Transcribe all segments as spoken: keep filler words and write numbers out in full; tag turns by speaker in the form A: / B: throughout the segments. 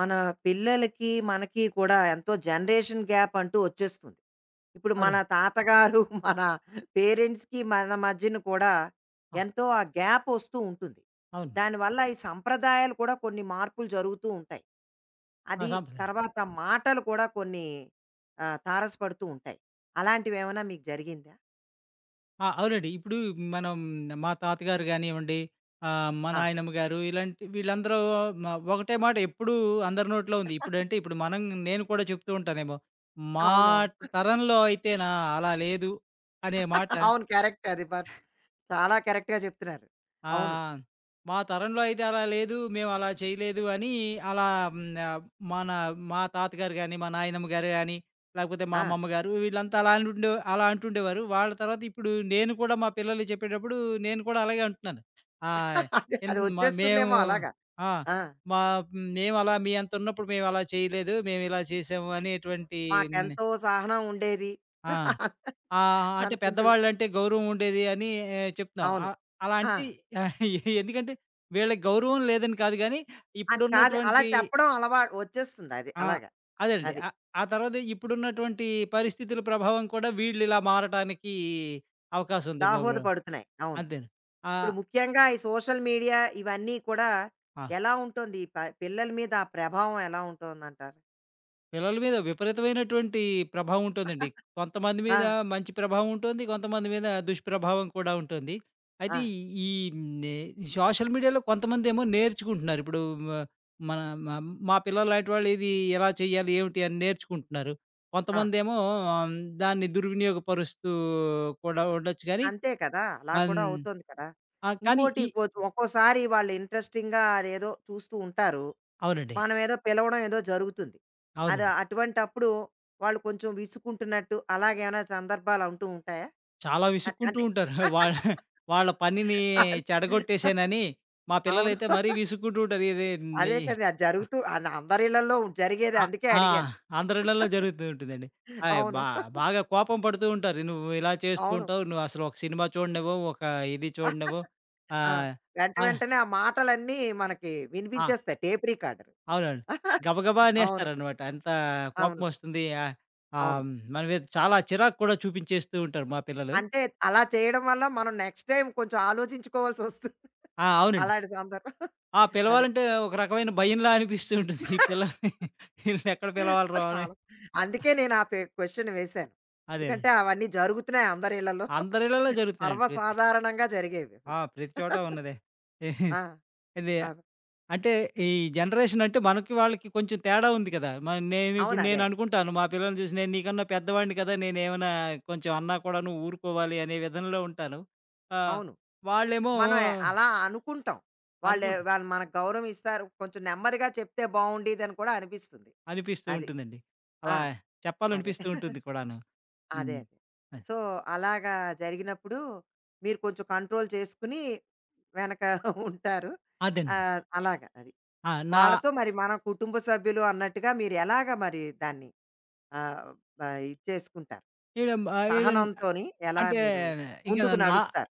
A: మన పిల్లలకి, మనకి కూడా ఎంతో జనరేషన్ గ్యాప్ అంటూ వచ్చేస్తుంది. ఇప్పుడు మన
B: అవునండి.
A: తాతగారు, మన పేరెంట్స్‌కి మన మధ్యన కూడా
B: ఆ!
A: ఎంతో ఆ గ్యాప్ వస్తూ ఉంటుంది.
B: అవును.
A: దానివల్ల ఈ సంప్రదాయాలు కూడా కొన్ని మార్పులు జరుగుతూ ఉంటాయి.
B: ఆ!
A: అది
B: సాంప్రదాయాలు.
A: తర్వాత మాటలు కూడా కొన్ని ఆహ్, తారసపడుతూ ఉంటాయి. అలాంటివేమైనా మీకు జరిగిందా?
B: ఆ! అవునండి. ఇప్పుడు మనం మా తాతగారు గానివ్వండి, ఆహ్, మా
A: ఆ!
B: నాయనమ్మ గారు ఇలాంటి వీళ్ళందరూ మ ఒకటే మాట ఎప్పుడూ అందరి నోట్లో ఉంది. ఇప్పుడంటే ఇప్పుడు మనం నేను కూడా చెప్తూ ఉంటానేమో, మా
A: అవునవును.
B: తరంలో అయితేనా అలా లేదు అనే మాట.
A: అవును. కరెక్ట్ అది. బట్ చాలా కరెక్ట్‌గా చెప్తున్నారు.
B: ఆ!
A: అవును.
B: మా తరంలో అయితే అలా లేదు. మేమలా చేయలేదు అని అలా. హ్మ్. ఆహ్, మన మా తాతగారు గాని, మా నాయనమ్మ గారు గాని, లేకపోతే మా
A: ఆ!
B: అమ్మమ్మ గారు వీళ్ళంతా అలా అంటుండే అలా అంటుండేవారు. వాళ్ళ తర్వాత ఇప్పుడు నేను కూడా మా పిల్లలు చెప్పేటప్పుడు నేను కూడా అలాగే అంటున్నాను. ఆహ్,
A: అదే
B: ఎన్
A: అది
B: మ మేము
A: వచ్చేస్తుందేమో అలాగా.
B: ఆ!
A: ఆ!
B: మా మేమలా మీ అంత ఉన్నప్పుడు మేమలా చేయలేదు. మేమిలా చేసాము అనేటువంటి. హ్మ్.
A: మాకెంతో సహనం ఉండేది
B: ఆ! ఆ! అంటే
A: అనుకుంటూ.
B: పెద్దవాళ్ళంటే గౌరవం ఉండేది అని చెప్తున్నావు.
A: అవును.
B: ఆహ్,
A: ఆ!
B: అలాంటి ఎందుకంటే వీళ్ళకి గౌరవం లేదని కాదు గానీ,
A: అని కాదు, అలా
B: ఇప్పుడున్నటువంటి,
A: చెప్పడం అలవాటు వచ్చేస్తుంది అది.
B: ఆ!
A: అలాగా.
B: అదేనండి.
A: అది.
B: ఆహ్, ఆ తర్వాత ఇప్పుడున్నటువంటి పరిస్థితుల ప్రభావం కూడా వీళ్ళిలా మారటానికి అవకాశం ఉంది. బాబు
A: దాహోద పడుతున్నాయి. అవును.
B: అంతేను. ఆ!
A: ఇప్పుడు ముఖ్యంగా ఈ సోషల్ మీడియా ఇవన్నీ కూడా
B: ఆ!
A: ఎలా ఉంటుంది? ఈ ప పిల్లల మీద ఆ ప్రభావం ఎలా ఉంటుందంటారు?
B: పిల్లల మీద విపరీతమైనటువంటి ప్రభావం ఉంటుందండి. కొంతమంది
A: ఆ!
B: మీద మంచి ప్రభావం ఉంటుంది. కొంతమంది మీద దుష్ప్రభావం కూడా ఉంటుంది.
A: ఆ!
B: అయితే ఈ నే సోషల్ మీడియాలో కొంతమందేమో నేర్చుకుంటున్నారు. ఇప్పుడు మ మన మ మా పిల్లల్లాంటి వాళ్ళు ఇది ఎలా చేయాలి? ఏమిటి? అని నేర్చుకుంటున్నారు.
A: ఆ!
B: కొంతమందేమో ఆహ్, దాన్ని దుర్వినియోగపరుస్తూ కూడా ఉండొచ్చు గానీ,
A: అంతే కదా! అలా
B: అన్
A: కూడా అవుతుంది కదా!
B: ఆ! కానీ
A: ఇంకోటి
B: ఈ
A: కొ ఒక్కోసారి వాళ్ళు ఇంట్రెస్టింగ్‌గా అదేదో చూస్తూ ఉంటారు.
B: అవునండి.
A: మనమేదో పిలవడం ఏదో జరుగుతుంది. అది
B: అవునండి.
A: అటువంటప్పుడు వాళ్ళు కొంచెం విసుక్కుంటున్నట్టు అలాగేమైనా సందర్భాలు అంటూ ఉంటాయా?
B: చాలా
A: అన్
B: విసుక్కుంటూ
A: అంటే
B: ఉంటారు. వాళ్ళ వాళ్ళ పనిని
A: అది
B: చెడగొట్టేసానని మా
A: అవును.
B: పిల్లలైతే మరీ విసుక్కుంటూ ఉంటారు. ఇది ని
A: అదే కదా! అది జరుగుతూ అన్ అందరి ఇళ్ళల్లో జరిగేదే
B: అ
A: అందుకే
B: ఆ!
A: అడిగాను.
B: ఆంధ్రులలో జరుగుతూ ఉంటుందండి. అయి
A: అవును.
B: బా బాగా కోపం పడుతూ ఉంటారు. "నువ్వు ఇలా చేస్తూ
A: అవును.
B: ఉంటావు. నువ్వు అసలు ఒక సినిమా చూడనివ్వవు. ఒక ఇది చూడనివ్వవు."
A: ఆ!
B: ఆహ్,
A: వెంట
B: ఆహ్,
A: వెంటనే ఆ మాటలన్నీ మనకి
B: ఆ!
A: వినిపించేస్తాయి టేప్ రికార్డర్.
B: అవునండి. గబగబా
A: అవును.
B: అనేస్తారనమాట. అంత
A: అవును.
B: కోపమొస్తుంది. ఆహ్,
A: అవును.
B: ఆహ్, మన మీద చాలా చిరాకు కూడా చూపించేస్తూ ఉంటారు మా పిల్లలు.
A: అంటే అలా చేయడం వల్ల మనం నెక్స్ట్ టైమ్ కొంచెం ఆలోచించుకోవాల్సొస్తుంది.
B: ఆ! అవునండి.
A: అలాంటి సందర్భం
B: ఆ!
A: అది.
B: పిలవాలంటే ఒక రకమైన భయంలా అనిపిస్తూ ఉంటుంది. ఈ పిల్లల్ని ఈళ్ళనెక్కడ పిలవాలిరా
A: అది
B: అని.
A: చాలా అందుకే నేను ఆ పె క్వెషన్ వేశాను.
B: అదేలే.
A: ఎందుకంటే అవన్నీ జరుగుతున్నాయి అందరి ఇళ్లలో.
B: అందరిళ్ళలో జరుగుతున్నాయండి. ప్రతి
A: సర్వసాధారణంగా జరిగేవి అవి.
B: ఆ! ప్రతి చోట ఉన్నదే.
A: ఆ!
B: ఇది
A: అవ్
B: అంటే ఈ జనరేషన్ అంటే మనకి వాళ్ళకి కొంచెం తేడా ఉంది కదా! మరి నేను
A: అవును.
B: ఇప్పుడు నేను
A: అదే.
B: అనుకుంటాను మా పిల్లల్ని చూసి నేను నీకన్నా పెద్దవాడిని కదా! నేనేమైనా కొంచెం అన్నా కూడా నువ్వు ఊరుకోవాలి అనే విధంలో ఉంటాను. ఆ!
A: అవును.
B: వాళ్ళేమో
A: మనం ఎ- అలా అనుకుంటాం. వాళ్ళే
B: అనుకుంటా
A: వాళ్ళు మనకు గౌరవం ఇస్తారు. కొంచెం నెమ్మదిగా చెప్తే బావుండేదని కూడా అనిపిస్తుంది.
B: అనిపిస్తూ
A: అది.
B: ఉంటుందండి.
A: ఆ!
B: అలా
A: అదే.
B: చెప్పాలనిపిస్తూ ఉంటుంది కూడాను.
A: అదే
B: హ్మ్.
A: అదే.
B: అద్
A: సో, అలాగా జరిగినప్పుడు మీరు కొంచెం కంట్రోల్ చేసుకుని వెనక ఉంటారు.
B: అదేనండి.
A: ఆహ్, అలాగా అది.
B: ఆ! నా
A: వాళ్ళతో మరి మన కుటుంబ సభ్యులు అన్నట్టుగా మీరు ఎలాగా మరి దాన్ని ఆహ్, ఆహ్, ఇది చేసుకుంటారు?
B: ఈడ ఆహ్, ఈడ
A: సహనంతోని ఎలా
B: అంటే
A: మీరు
B: ఇక
A: ముందుకు
B: నా
A: నడుస్తారు?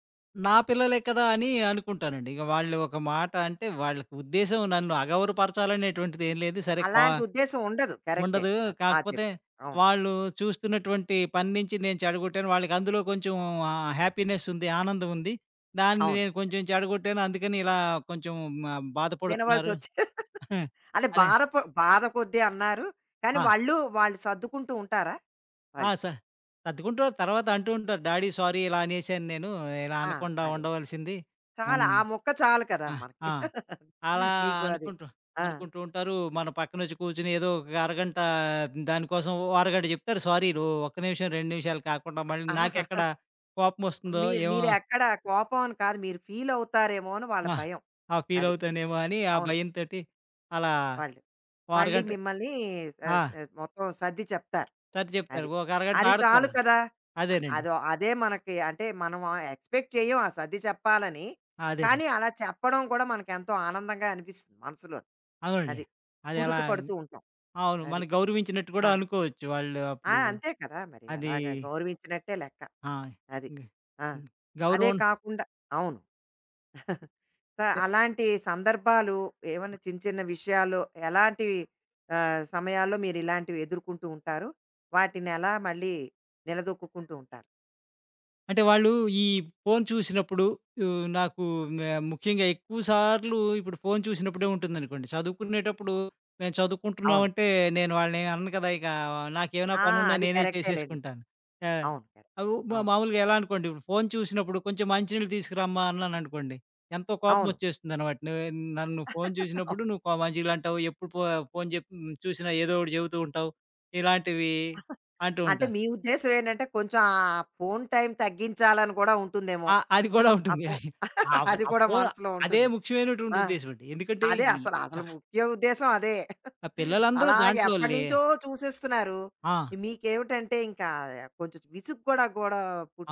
B: నా పిల్లలే కదా అని అనుకుంటానండి. ఇక వాళ్ళు ఒక మాట అంటే వాళ్ళకి ఉద్దేశ్యం నన్ను అగౌరవపరచాలనేటువంటిది ఏం లేదు. సరే క్వా
A: అలాంటి ఉద్దేశ్యం ఉండదు. కరెక్టే.
B: ఉండదు.
A: అది బా
B: కాకపోతే
A: చెప్పారు. అవును.
B: వాళ్ళు చూస్తున్నటువంటి పని నుంచి నేను చెడగొట్టాను. వాళ్ళకి అందులో కొంచెం ఆహ్, హ్యాపీనెస్ ఉంది. ఆనందం ఉంది. దాన్ని
A: అవును.
B: నేను కొంచెం చెడగొట్టాను. అందుకని ఇలా కొంచెం ఆహ్, బాధపడుతున్నారు.
A: వినవలసొచ్చి అంటే
B: అనే
A: బాధ ప బాధ కొద్దీ అన్నారు. కానీ
B: ఆ!
A: వాళ్ళు వాళ్ళు సర్దుకుంటూ ఉంటారా?
B: ఆ!
A: వాళ్ళు.
B: స సర్దుకుంటారు. తర్వాత అంటూ ఉంటారు. డాడీ సారీ ఇలా అనేసాను నేను. ఇలా
A: ఆ!
B: అనకుండా
A: అదే.
B: ఉండవలసింది.
A: చాలా.
B: అన్
A: ఆ ముక్క చాలు కదా
B: ఆ!
A: మనకి.
B: ఆ! అలా
A: మీకు అది.
B: అనుకుంటూ,
A: ఆ!
B: అనుకుంటూ ఉంటారు. మన పక్కనొచ్చి కూర్చొని ఏదో ఒక అరగంట దానికోసం ఓ అరగంట చెప్తారు సారీలు. ఒక్క నిమిషం, రెండు నిమిషాలు కాకుండా మళ్ళీ
A: ఆహాహా!
B: నాకెక్కడ కోపమొస్తుందో
A: మీరు
B: ఏమో.
A: మీరెక్కడ కోపం అని కాదు. మీరు ఫీల్ అవుతారేమో అని వాళ్ళ
B: ఆ!
A: భయం.
B: ఆ
A: అది.
B: ఫీలవుతానేమో అని ఆ
A: అవును.
B: భయంతోటి అలా
A: వాళ్ళు.
B: ఓ
A: మళ్ళీ
B: అరగంట
A: మిమ్మల్ని
B: ఆ!
A: ఆహ్, ఆహ్, మొత్తం సర్ది చెప్తారు.
B: సర్ది చెప్తారు.
A: అది.
B: ఒక అరగంట
A: అది చాలు
B: ఆడతారు.
A: కదా! అ
B: అదేనండి.
A: అదో అదే మనకి అంటే మనం ఎక్స్‌పెక్ట్ చెయ్యం ఆ సర్ది చెప్పాలని.
B: ఆ,
A: కానీ
B: అదేనండి.
A: అలా చెప్పడం కూడా మనకెంతో ఆనందంగా అనిపిస్తుంది మనసులో.
B: అవునండి.
A: అది.
B: అది
A: కుదుట
B: అలా
A: పడుతూ ఉంటాం.
B: అవును.
A: అది.
B: మనం గౌరవించినట్టు
A: ఆ!
B: కూడా అనుకోవచ్చు వాళ్ళు
A: ఆ!
B: అప్పుడు.
A: అంతే కదా! మరి
B: అది
A: అలాగా గౌరవించినట్టే లెక్క.
B: ఆ!
A: అది.
B: గ
A: ఆ! అదే
B: గౌరవం
A: కాకుండా అవును. సో, అలాంటి సందర్భాలు ఏమన్నా చిన్న చిన్న విషయాల్లో ఎలాంటి ఆహ్, సమయాల్లో మీరిలాంటివి ఎదుర్కొంటూ ఉంటారు? వాటినెలా మళ్ళీ నిలదొక్కుకుంటూ ఉంటారు?
B: అంటే వాళ్ళు ఈ ఫోను చూసినప్పుడు ఆహ్, నాకు మే ముఖ్యంగా ఎక్కువ సార్లు ఇప్పుడు ఫోను చూసినప్పుడే ఉంటుందనుకోండి. చదువుకునేటప్పుడు మేము
A: అవును.
B: చదువుకుంటున్నామంటే నేను వాళ్ళనేమి అనను కదా! ఇక నాకేమైనా
A: ఆ!
B: పనున్నా
A: అది
B: నేనే
A: కరెక్టేలెండి.
B: చేసేసుకుంటాను. ఆ!
A: అవును. కరెక్టే.
B: అవు మా
A: అవును.
B: మామూలుగా ఎలా అనుకోండి ఇప్పుడు ఫోను చూసినప్పుడు కొంచెం మంచినీళ్ళు తీసుకురమ్మా అన్నాననుకోండి. ఎంతో
A: అవును.
B: కోపమొచ్చేస్తుందనమాట. నువ్వు నన్ను ఫోను చూసినప్పుడు నువ్వు కొ మంచినీళ్ళు అంటావు. ఎప్పుడు ఫో ఫోను చెప్ చూసినా ఏదో ఒకటి చెబుతూ ఉంటావు. ఇలాంటివి అంటూ
A: అంటే
B: ఉంటా.
A: మీ ఉద్దేశ్యం ఏంటంటే కొంచెం ఆ ఫోను టైం తగ్గించాలని కూడా ఉంటుందేమో.
B: ఆ! అది కూడా
A: ఆ
B: ఉంటుంది.
A: ఫో
B: ఆ ఫో
A: అది
B: ఆ
A: కూడా
B: ఫోను
A: మనసులో
B: అదే
A: ఉంటుంది.
B: ముఖ్యమైనటువంటి
A: ఆ!
B: ఉద్దేశ్యమండి. ఎందుకంటే
A: అదే
B: ఈ
A: అసలు,
B: చ
A: అసలు ముఖ్య ఉద్దేశ్యం అదే.
B: పిల్లలందరూ
A: అలాగే
B: దాంట్లోలే.
A: ఎప్పటినుంచో చూసేస్తున్నారు.
B: ఆ!
A: మీకేమిటంటే ఇంకా కొంచెం విసుగు కూడా గూడా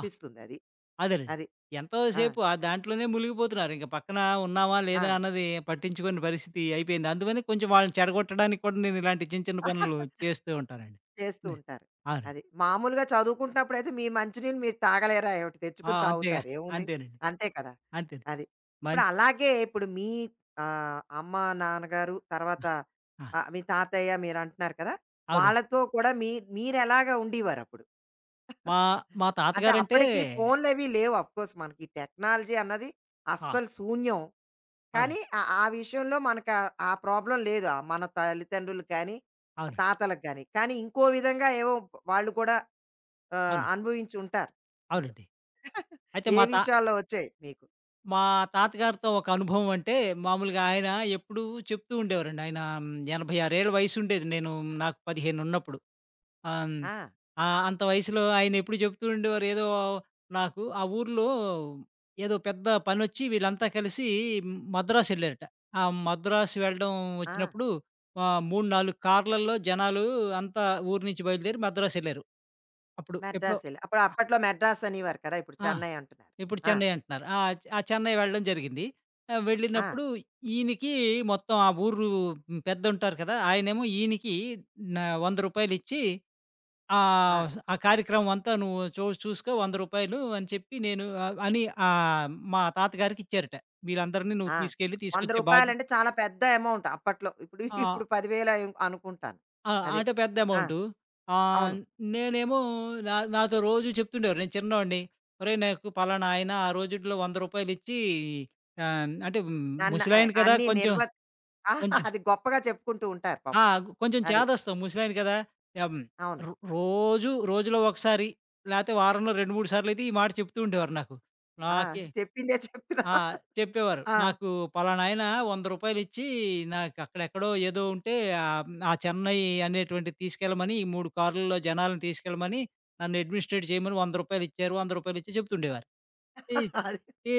B: ఆ! అదేనండి.
A: అది. అది
B: ఎంతో
A: ఆ!
B: సేపు ఆ దాంట్లోనే మునిగిపోతున్నారు. ఇంక పక్కన ఉన్నామా
A: ఆ!
B: లేదా అన్నది పట్టించుకోని పరిస్థితి అయిపోయింది. అందుకని కొంచెం వాళ్ళని చెడగొట్టడానికి కూడా నేను ఇలాంటి చిన్న చిన్న పనులు చేస్తూ ఉంటానండి.
A: చేస్తూ
B: హ్మ్.
A: ఉంటారు.
B: అవునండి.
A: అది. మామూలుగా చదువుకుంటున్నప్పుడైతే మీ మంచి నీళ్ళు మీరు తాగలేరా ఏవిటి?
B: ఆ!
A: తెచ్చుకొని
B: అంతేగా
A: తాగుతారు. ఏముంది?
B: అంతేనండి.
A: అంతే కదా!
B: అంతే.
A: అది. ఇప్పుడు
B: మం
A: అలాగే ఇప్పుడు మీ ఆహ్, అమ్మ, నాన్నగారు తర్వాత
B: ఆ!
A: ఆహ్, మీ తాతయ్య మీరంటున్నారు కదా!
B: అవునండి.
A: వాళ్ళతో కూడా మీ మీరెలాగా ఉండేవారప్పుడు?
B: మా మా
A: అంటే
B: తాతగారంటే
A: అప్పటికి ఫోన్లవి లేవు అఫ్‌కోర్స్ మనకి టెక్నాలజీ అన్నది
B: ఆ!
A: అస్సలు శూన్యం. కానీ
B: అవునండి.
A: ఆ ఆ విషయంలో మనకు ఆ ఆ ప్రాబ్లమ్ లేదు. ఆహ్, మన తల్లిదండ్రులకు కానీ, ఆ
B: అవునండి.
A: తాతలకు గాని. కానీ ఇంకో విధంగా ఏవో వాళ్ళు కూడా ఆహ్,
B: అవునండి.
A: అనుభవించి ఉంటారు. అసలు.
B: అవునండి. అయితే
A: ఏ
B: మా తా
A: విషయాల్లో వచ్చాయి మీకు?
B: మా తాతగారితో ఒక అనుభవం అంటే, మామూలుగా ఆయన ఎప్పుడూ చెప్తూ ఉండేవారండి. ఆయన హ్మ్, ఎనభై ఆరు ఏళ్ల వయసుండేది. నేను నాకు పదిహేను ఉన్నప్పుడు. ఆహ్, హ్మ్,
A: ఆ!
B: ఆహ్, అంత వయసులో ఆయన ఎప్పుడు చెప్తూ ఉండేవారు. ఏదో నాకు ఆ ఊర్లో ఏదో పెద్ద పనొచ్చి వీళ్ళంతా కలిసి హ్మ్, మద్రాస్ ఎళ్లారట. ఆ మద్రాస్ వెళ్ళడం
A: ఆ!
B: వచ్చినప్పుడు ఆహ్, మూడు, నాలుగు కార్‌లల్లో జనాలు అంతా ఊరు నుంచి బయలుదేరి మద్రాస్ ఎళ్లారు. అప్పుడు ఎప్పుడో
A: మద్రాసెళ్ళి అప్పుడు అప్పట్లో మద్రాస్ అనేవారు కదా! ఇప్పుడు
B: ఆ!
A: చెన్నై అంటున్నారు.
B: ఇప్పుడు
A: ఆ!
B: చెన్నై అంటున్నారు. ఆ! ఆ చెన్నై వెళ్ళడం జరిగింది. ఆహ్,
A: ఆ!
B: వెళ్ళినప్పుడు ఈయనకి మొత్తం ఆ ఊరు పెద్దుంటారు కదా! ఆయనేమో ఈయనకి న రూ. వంద ఇచ్చి,
A: ఆ!
B: ఆహ్, ఆ కార్యక్రమం అంతా నువ్వు చూ చూసుకో రూ. వంద అని చెప్పి నేను ఆహ్, అని ఆహ్, మా తాతగారికిచ్చారట. వీళ్ళందరిని నువ్వు
A: ఆ!
B: తీసుకెళ్ళి తీసుకొచ్చే
A: రూ.
B: బాధ్య
A: వంద చాలా పెద్ద అమౌంట్ అప్పట్లో. ఇప్పుడు
B: ఆ!
A: ఇప్పుడు పది వేలు అయి అనుకుంటాను.
B: ఆ!
A: అది.
B: అంటే పెద్ద
A: ఆ!
B: అమౌంటు.
A: అవును.
B: ఆహ్, నేనేమో నా నాతో రోజు చెప్తుండేవారు. నేను చిన్నోడిని. "ఒరేయ్! నాకు పలానా ఆయన ఆ రోజుల్లో రూ. వంద ఆహ్, అంటే హ్మ్,
A: నన్ను ఆహ్,
B: ముసలాయన కదా!
A: అన్నీ
B: కొంచెం
A: నిర్వ ఆ,
B: కొంచెం
A: అది గొప్పగా చెప్పుకుంటూ ఉంటారు
B: ఆ!
A: పాపం.
B: కొంచెం
A: అది.
B: చేదస్తాం ముసలాయన కదా! హ్మ్.
A: అవును.
B: రో రోజు రోజులో ఒకసారి లేతే వారంలో రెండు, మూడు సార్లయితే ఈ మాట చెప్తూ ఉండేవారు నాకు.
A: ఆ!
B: నాకే
A: చెప్పిందే చెప్తున్నా.
B: ఆ! చెప్పేవారు.
A: ఆ!
B: నాకు పలానాయన రూ. వంద ఇచ్చి నాకు అక్కడెక్కడో ఏదో ఉంటే ఆహ్, ఆ చెన్నై అనేటువంటిది తీసుకెళ్ళమని, ఈ మూడు కార్లలో జనాలను తీసుకెళ్ళమని, నన్ను అడ్మినిస్ట్రేట్ చేయమని రూ. వంద ఇచ్చారు. రూ. వంద ఇచ్చి చెప్తుండేవారు. ఈ
A: అది.
B: ఈ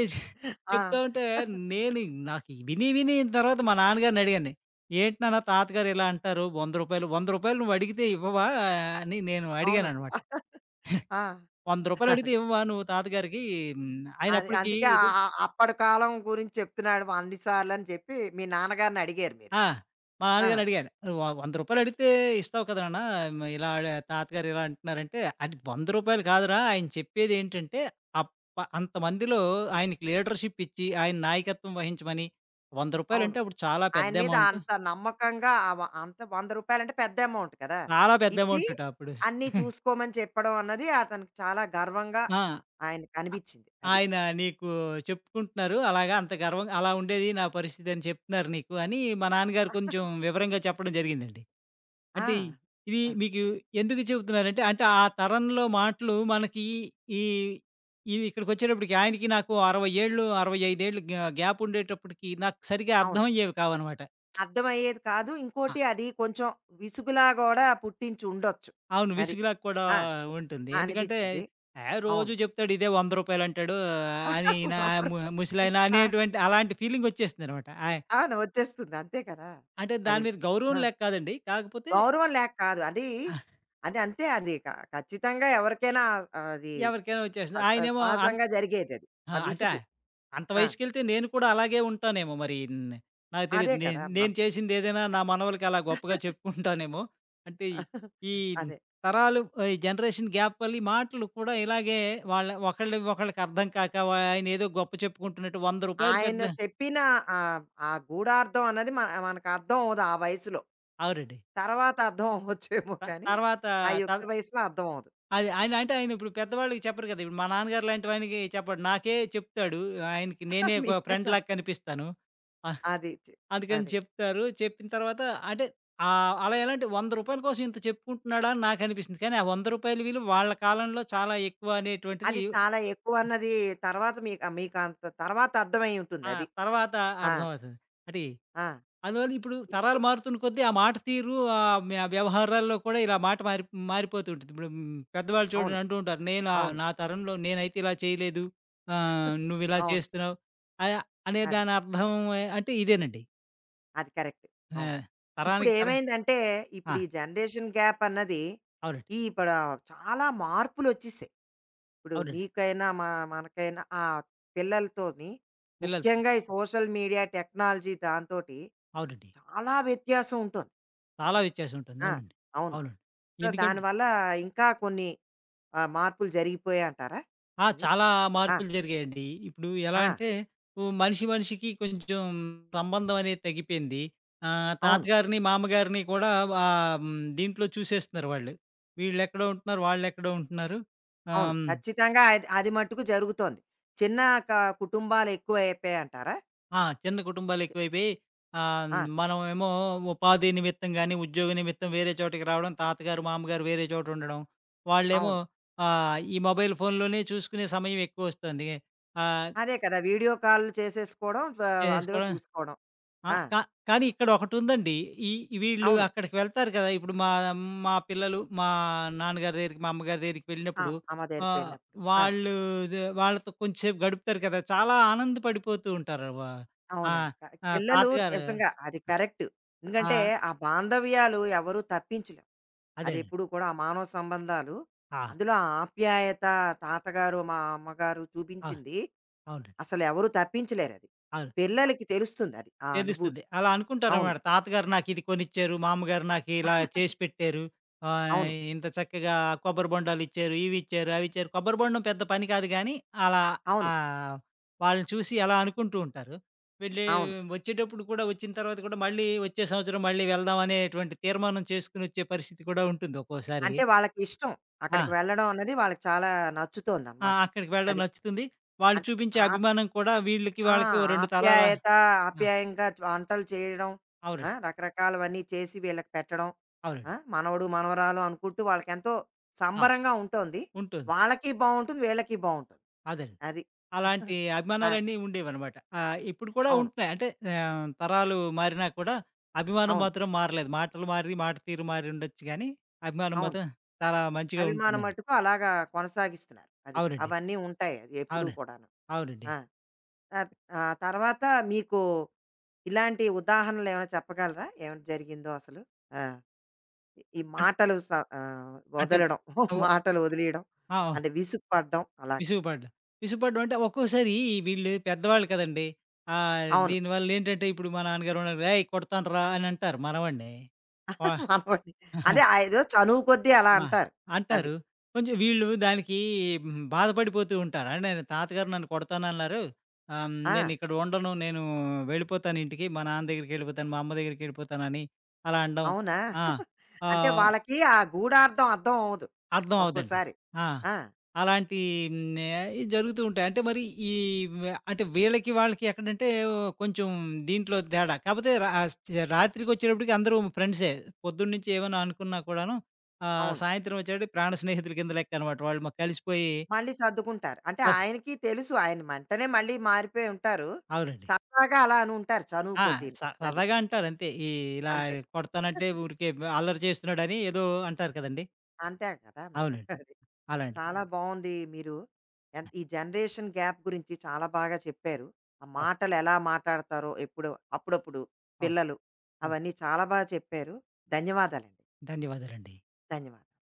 A: ఆ!
B: చెప్తా ఉంటే నేను నాకు విని విని తర్వాత మా నాన్నగారిని అడిగాను. "ఏంటి నాన్న తాతగారు ఇలా అంటారు? రూ. వంద రూ. వంద నువ్వు అడిగితే ఇవ్వవా?" అని నేను
A: అవును.
B: అడిగాననమాట. "రూ.
A: ఆ!
B: వంద అడిగితే ఇవ్వవా నువ్వు తాతగారికి?" హ్మ్. ఆయన
A: అది.
B: అప్పటికి
A: అందుకే ఆ ఆ అప్పటి కాలం గురించి చెప్తున్నాడు అన్ని సార్లని చెప్పి మీ నాన్నగారిని అడిగారు మీరు.
B: ఆ! మా
A: ఆ!
B: నాన్నగారిని అడిగాను. వ రూ. వంద అడిగితే ఇస్తావు కదా నాన్న! మ ఇలా అడ తాతగారు ఇలా అంటున్నారంటే, అది రూ. వంద కాదురా! ఆయన చెప్పేదేంటంటే, అప్ అంతమందిలో ఆయనకి లీడర్‌షిప్ ఇచ్చి, ఆయన నాయకత్వం వహించమని, రూ. వంద
A: అవును.
B: అంటే అప్పుడు చాలా
A: ఆయన
B: పెద్ద
A: మీద
B: అమౌంట్.
A: అంత నమ్మకంగా ఆ వ అంత రూ. వంద పెద్ద అమౌంట్ కదా!
B: చాలా పెద్ద
A: ఇచ్చి
B: అమౌంటట అప్పుడు.
A: అన్నీ చూసుకోమని చెప్పడం అన్నది అతనికి చాలా గర్వంగా
B: ఆ!
A: ఆయనకి అనిపించింది. అది.
B: ఆయన నీకు చెప్పుకుంటున్నారు. అలాగా అంత గర్వంగా అలా ఉండేది నా పరిస్థితి అని చెప్తున్నారు నీకు అని మా నాన్నగారు కొంచెం వివరంగా చెప్పడం జరిగిందండి.
A: ఆ!
B: అంటే ఇది
A: ఆహా!
B: మీకు ఎందుకు చెబుతున్నానంటే, అంటే ఆ తరంలో మాటలు మనకి ఈ ఇవి ఇక్కడికొచ్చేటప్పటికి ఆయనకి నాకు అరవై ఏళ్ళు, అరవై ఐదు ఏళ్ళు గ్యా గ్యాప్ ఉండేటప్పటికి నాకు సరిగ్గా
A: అవును.
B: అర్థమయ్యేవి కావనమాట.
A: అర్థమయ్యేది కాదు.
B: ఆ!
A: ఇంకోటి అది కొంచెం విసుగులా గూడా పుట్టించి ఉండొచ్చు.
B: అవును.
A: అది.
B: విసుగులాగా కూడా
A: ఆ!
B: ఉంటుంది.
A: ఆ,
B: ఎందుకంటే
A: అనిపించింది.
B: "ఆ! రోజు
A: అవును.
B: చెప్తాడు ఇదే రూ. వంద అంటాడు" అని నా ము ముసలాయన
A: ఆ!
B: అనేటువంటి అలాంటి ఫీలింగ్ వచ్చేస్తుందనమాట. ఆయ
A: అవును. వచ్చేస్తుంది. అంతే కదా!
B: అంటే
A: అది.
B: దాని మీద గౌరవం
A: ఆ!
B: లేక కాదండి. కాకపోతే
A: గౌరవం లేక కాదు. అది అది అంతే అది క ఖచ్చితంగా ఎవరికైనా అది
B: ఎవరికైనా
A: అ
B: వచ్చేస్తుంది.
A: స
B: ఆయనేమో
A: సహజంగా జరిగేదది.
B: ఆ!
A: ఆ
B: అంటే
A: విసుగు.
B: అంత
A: ఆ!
B: వయసుకెళ్తే నేను కూడా అలాగే ఉంటానేమో మరి. న్ నాకు
A: అదే
B: తెలీదు. నేను
A: కదా! మనం
B: నేను చేసిందేదైనా నా మనవలకి అలా గొప్పగా చెప్పుకుంటానేమో. అంటే ఈ
A: అదే.
B: తరాలు ఆహ్, ఈ జనరేషన్ గ్యాప్ వల్ల ఈ మాటలు కూడా ఇలాగే వాళ్ళ ఒకళ్ళవి ఒకళ్ళకి అర్థం కాక వ ఆయనేదో గొప్ప చెప్పుకుంటున్నట్టు రూ. వంద
A: ఆయన
B: పెద్ద.
A: చెప్పిన ఆహ్, ఆ గూఢార్థం అన్నది మన మనకు అర్థం అవ్వదు ఆ వయసులో.
B: అవునండి.
A: తర్వాత అర్థం అవ్వచ్చేమో
B: త
A: కానీ,
B: తర్వాత
A: ఆ
B: త
A: యుక్త వయసులో అర్థం అవ్వదు.
B: అది ఆయన అంటే ఆయన ఇప్పుడు పెద్దవాళ్ళకి చెప్పరు కదా! ఇప్పుడు మా నాన్నగారు లాంటి వానికి చెప్పడు. నాకే చెప్తాడు. ఆయనకి నేనే ఒక
A: మీరే చె
B: ఫ్రెండ్‌లాగా కనిపిస్తాను.
A: అది. చె
B: అందుకని
A: అది.
B: చెప్తారు. చెప్పిన తర్వాత అంటే ఆహ్, అలా ఎలా అంటే రూ. వంద కోసం ఇంత చెప్పుకుంటున్నాడా అని నాకనిపిస్తుంది. కానీ ఆ రూ. వంద విలువ వాళ్ళ కాలంలో చాలా ఎక్కువ అనేటువంటిది.
A: అది చాలా ఎక్కువన్నది తర్వాత మీకు మీకు అంత తర్వాత అర్థమై ఉంటుంది
B: ఆ!
A: అది.
B: తర్వాత
A: ఆ!
B: అర్థమవుతుంది. అంటే
A: ఆ!
B: అందువల్ల ఇప్పుడు
A: ఇ-
B: తరాలు మారుతున్న కొద్దీ ఆ మాట తీరు ఆహ్, మ్య వ్యవహారాల్లో కూడా ఇలా మాట మారి మారిపోతూ ఉంటుంది. ఇప్పుడు హ్మ్, పెద్దవాళ్ళు
A: అవును.
B: చూడండి అంటూ ఉంటారు. నేను ఆహ్,
A: అవును.
B: నా తరంలో నేనైతే ఇలా చేయలేదు. ఆహ్, నువ్విలా
A: అవును.
B: చేస్తున్నావు. అయ అనే
A: అది.
B: దాని అర్థం ఏ- అంటే ఇదేనండి.
A: అది కరెక్ట్.
B: ఆ!
A: అవును.
B: తరానికి తరం.
A: ఇప్పుడేమైందంటే,
B: ఆ!
A: ఇప్పుడు ఈ జనరేషన్ గ్యాప్ అన్నది,
B: అవునండి.
A: ఈ ఇప్పుడు చాలా మార్పులొచ్చేసాయి. ఇప్పుడు
B: అవునండి.
A: మీకైనా, మా మనకైనా ఆ పిల్లలతోని
B: పిల్లలు
A: ముఖ్యంగా ఈ సోషల్ మీడియా, టెక్నాలజీ దాంతోటి
B: అవునండి.
A: చాలా వ్యత్యాసం ఉంటుంది
B: చాలా
A: అసలు.
B: వ్యత్యాసముంటుంది.
A: ఆ!
B: అవునండి.
A: అవును.
B: అవునండి.
A: సో,
B: ఎందుకంటే
A: దానివల్ల ఇంకా కొన్ని ఆహ్, మార్పులు జరిగిపోయాయంటారా?
B: ఆ!
A: అది.
B: చాలా
A: ఆ!
B: మార్పులు జరిగాయండి. ఇప్పుడు ఎలా
A: ఆ!
B: అంటే హ్మ్, మనిషి మనిషికి కొంచెం సంబంధం అనేది తగ్గిపోయింది. ఆహ్,
A: అవును.
B: తాతగారిని, మామగారిని కూడా ఆహ్, హ్మ్, దీంట్లో చూసేస్తున్నారు వాళ్ళు. వీళ్ళెక్కడో ఉంటున్నారు, వాళ్ళెక్కడో ఉంటున్నారు. ఆహ్,
A: అవును.
B: హ్మ్.
A: ఖచ్చితంగా అది అది మట్టుకు జరుగుతోంది. చిన్న క కుటుంబాలెక్కువైపోయాయంటారా?
B: ఆ! చిన్న కుటుంబాలు
A: చె
B: ఎక్కువైపోయి ఆహ్,
A: ఆ!
B: మనమేమో ఉపాధి నిమిత్తం గాని, ఉద్యోగ నిమిత్తం వేరే చోటికి రావడం, తాతగారు, మామగారు వేరే చోట ఉండడం. వాళ్ళేమో
A: అవును.
B: ఆహ్, ఈ మొబైల్ ఫోన్‌లోనే చూసుకునే సమయం ఎక్కువొస్తుంది. ఆహ్,
A: అదే కదా! వీడియో కాల్ చేసేసుకోవడం వా అందులో
B: చేసేసుకోవడం
A: చూసుకోవడం.
B: ఆ!
A: ఆ!
B: కా కానీ ఇక్కడ ఒకటుందండి. ఈ ఈ వీళ్ళు
A: అవును.
B: అక్కడికి వెళ్తారు కదా! ఇప్పుడు మా మా పిల్లలు మా నాన్నగారి దగ్గరికి, మా అమ్మగారి దగ్గరికి
A: ఆ!
B: వెళ్ళినప్పుడు
A: అమ్మ దగ్గరికి
B: ఆహ్,
A: వెళ్ళినప్పుడు. ఆ!
B: వాళ్ళు దే వాళ్ళతో కొంచెంసేపు గడుపుతారు కదా! చాలా ఆనందపడిపోతూ ఉంటారు. వ ఆ!
A: అవునండి. క
B: ఆ!
A: పిల్లలు
B: తాతగారు
A: నిజంగా అది కరెక్ట్. ఎందుకంటే,
B: ఆ!
A: ఆ బాంధవ్యాలు ఎవరు తప్పించలేం.
B: అదేనండి.
A: అదెప్పుడూ కూడా ఆ మానవ సంబంధాలు,
B: ఆ!
A: అందులో ఆ ఆప్యాయత తాతగారు, మా అమ్మగారు
B: ఆ!
A: చూపించింది
B: అవునండి.
A: అసలెవరు తప్పించలేరది.
B: అవును.
A: పిల్లలకి తెలుస్తుందది. ఆ
B: తెలుస్తుంది.
A: అనుభూతి.
B: అలా
A: అవును.
B: అనుకుంటారనమాట. తాతగారు నాకిది కొనిచ్చారు, మా అమ్మగారు నాకిలా చేసి పెట్టారు. ఆహ్,
A: అవును.
B: ఇంత చక్కగా కొబ్బరి బొండాలిచ్చారు, ఇవిచ్చారు, అవిచ్చారు. కొబ్బరి బొండం పెద్ద పని కాదు గానీ, అలా
A: అవును.
B: ఆహ్, వాళ్ళని చూసి అలా అనుకుంటూ ఉంటారు. వెళ్ళి
A: అవును.
B: వచ్చేటప్పుడు కూడా వచ్చిన తర్వాత కూడా మళ్ళీ వచ్చే సంవత్సరం మళ్ళీ వెళ్దాం అనేటువంటి తీర్మానం చేసుకొనొచ్చే పరిస్థితి కూడా ఉంటుంది ఒక్కోసారి.
A: అంటే వాళ్ళకిష్టం.
B: ఆ!
A: అక్కడికి వెళ్ళడం అన్నది వాళ్ళకి చాలా
B: ఆ!
A: నచ్చుతోందనమాట.
B: అక్కడికి వెళ్ళడం
A: అది.
B: నచ్చుతుంది. వాళ్ళు
A: అంటే
B: చూపించే
A: ఆప్
B: అభిమానం కూడా వీళ్ళకి,
A: ఆ!
B: వాళ్ళకి ఓ రెండు తరాల.
A: ఆప్యాయత,
B: ఆ!
A: ఆప్యాయంగా వంటలు చేయడం. ఆ!
B: అవునండి.
A: రకరకాలవన్నీ చేసి వీళ్ళకి పెట్టడం. ఆ!
B: అవునండి.
A: మనవడు, మనవరాలు అనుకుంటూ వాళ్ళకెంతో
B: ఆ!
A: సంబరంగా ఉంటోంది.
B: ఉంటుంది.
A: వాళ్ళకి బావుంటుంది, వీళ్ళకి బావుంటుంది.
B: అదేనండి.
A: అది.
B: అలాంటి
A: ఆ!
B: అభిమానాలన్నీ ఉండేవనమాట. ఆహ్, ఇప్పుడు కూడా
A: అవును.
B: ఉంటున్నాయి. అంటే ఆహ్, తరాలు మారినా కూడా అభిమానం
A: అవును.
B: మాత్రం మారలేదు. మాటలు మారి, మాట తీరు మారి ఉండొచ్చు గానీ, అభిమానం
A: అవును.
B: మాత్రం చాలా మంచిగా
A: అభిమానం
B: ఉంటుందండి.
A: మట్టుకు అలాగా కొనసాగిస్తున్నారు. అది.
B: అవునండి.
A: అవన్నీ ఉంటాయి అది ఎప్పుడూ
B: అవునండి.
A: కూడాను.
B: అవునండి.
A: ఆ! తర్ ఆహ్, తర్వాత మీకు ఇలాంటి ఉదాహరణలేమైనా చెప్పగలరా? ఏమైనా జరిగిందో అసలు? ఆ! ఈ
B: అం
A: మాటలు స ఆహ్,
B: అంటే
A: వదలడం.
B: ఓహ్!
A: మాటలు వదిలేయడం.
B: ఆ!
A: అంటే విసుగు పడడం అలాగా.
B: విసుగుపడ్డం. విసుగుపడ్డం అంటే ఒక్కోసారి వీళ్ళు పెద్దవాళ్ళు కదండీ! ఆహ్,
A: అవును.
B: దీనివల్లేంటంటే ఇప్పుడు మా నాన్నగారు ఉన్నారు. "రేయ్! కొడతానురా" అని అంటారు మనవడిని. వా
A: మనవడిని. అదే ఆహ్, ఏదో చనువు కొద్దీ అలా
B: ఆ!
A: అంటారు. అది.
B: అంటారు. కొంచెం వీళ్ళు దానికి హ్మ్, బాధపడిపోతూ ఉంటారు. "అరె! నేను తాతగారు నన్ను కొడతానన్నారు. ఆహ్, హ్మ్,
A: ఆ!
B: నేనిక్కడ ఉండను. నేను వెళ్ళిపోతాను ఇంటికి. మా నాన్న దగ్గరికెళ్ళిపోతాను, మా అమ్మ దగ్గరికెళ్ళిపోతానని" అలా అనడం.
A: అవునా?
B: ఆ!
A: అంటే
B: ఆహ్,
A: వాళ్ళకి ఆ గూఢార్థం అర్థం అవ్వదు.
B: అర్థం అవ్వదండి.
A: ఒక్కోసారి.
B: ఆ!
A: ఆ!
B: అలాంటి హ్మ్, ఆహ్, జరుగుతూ ఉంటాయి. అంటే మరి ఈ వ అంటే వీళ్ళకి, వాళ్ళకి ఎక్కడంటే కొంచెం దీంట్లో తేడా. కాకపోతే రా ఆ చ రాత్రికొచ్చేటప్పటికి అందరూ ఫ్రెండ్సే. పొద్దున్నుంచి ఏమైనా అనుకున్నా కూడాను ఆహ్,
A: అవును.
B: సాయంత్రం వచ్చేటప్పటికి ప్రాణ స్నేహితుల కింద లెక్కనమాట. వాళ్ళు మాకు కలిసిపోయి
A: మళ్ళీ సర్దుకుంటారు. అంటే
B: అవ్
A: ఆయనకి తెలుసు. ఆయన వెంటనే మళ్ళీ మారిపోయి ఉంటారు.
B: అవునండి.
A: సరదాగా అలా అని ఉంటారు చనువు
B: ఆ!
A: కొద్దీను.
B: స
A: అది.
B: సరదాగా అంటారు అంతే. ఈ ఇలా
A: అంతే.
B: కొడతానంటే ఊరికే అల్లరి చేస్తున్నాడని ఏదో అంటారు కదండీ!
A: అంతే కదా మరి.
B: అవునండి.
A: అది. అది
B: అలాంటి.
A: చాలా హ్మ్. బావుంది. మీరు ఎన్ ఈ జనరేషన్ గ్యాప్ గురించి చాలా బాగా చెప్పారు. ఆ
B: అవును.
A: మాటలు ఎలా మాట్లాడతారో ఎప్పుడో అప్పుడప్పుడు
B: అవును.
A: పిల్లలు
B: అవును.
A: అవన్నీ చాలా బాగా చెప్పారు. ధన్యవాదాలండి.
B: ధన్యవాదాలండి.
A: ధన్యవాదాలు.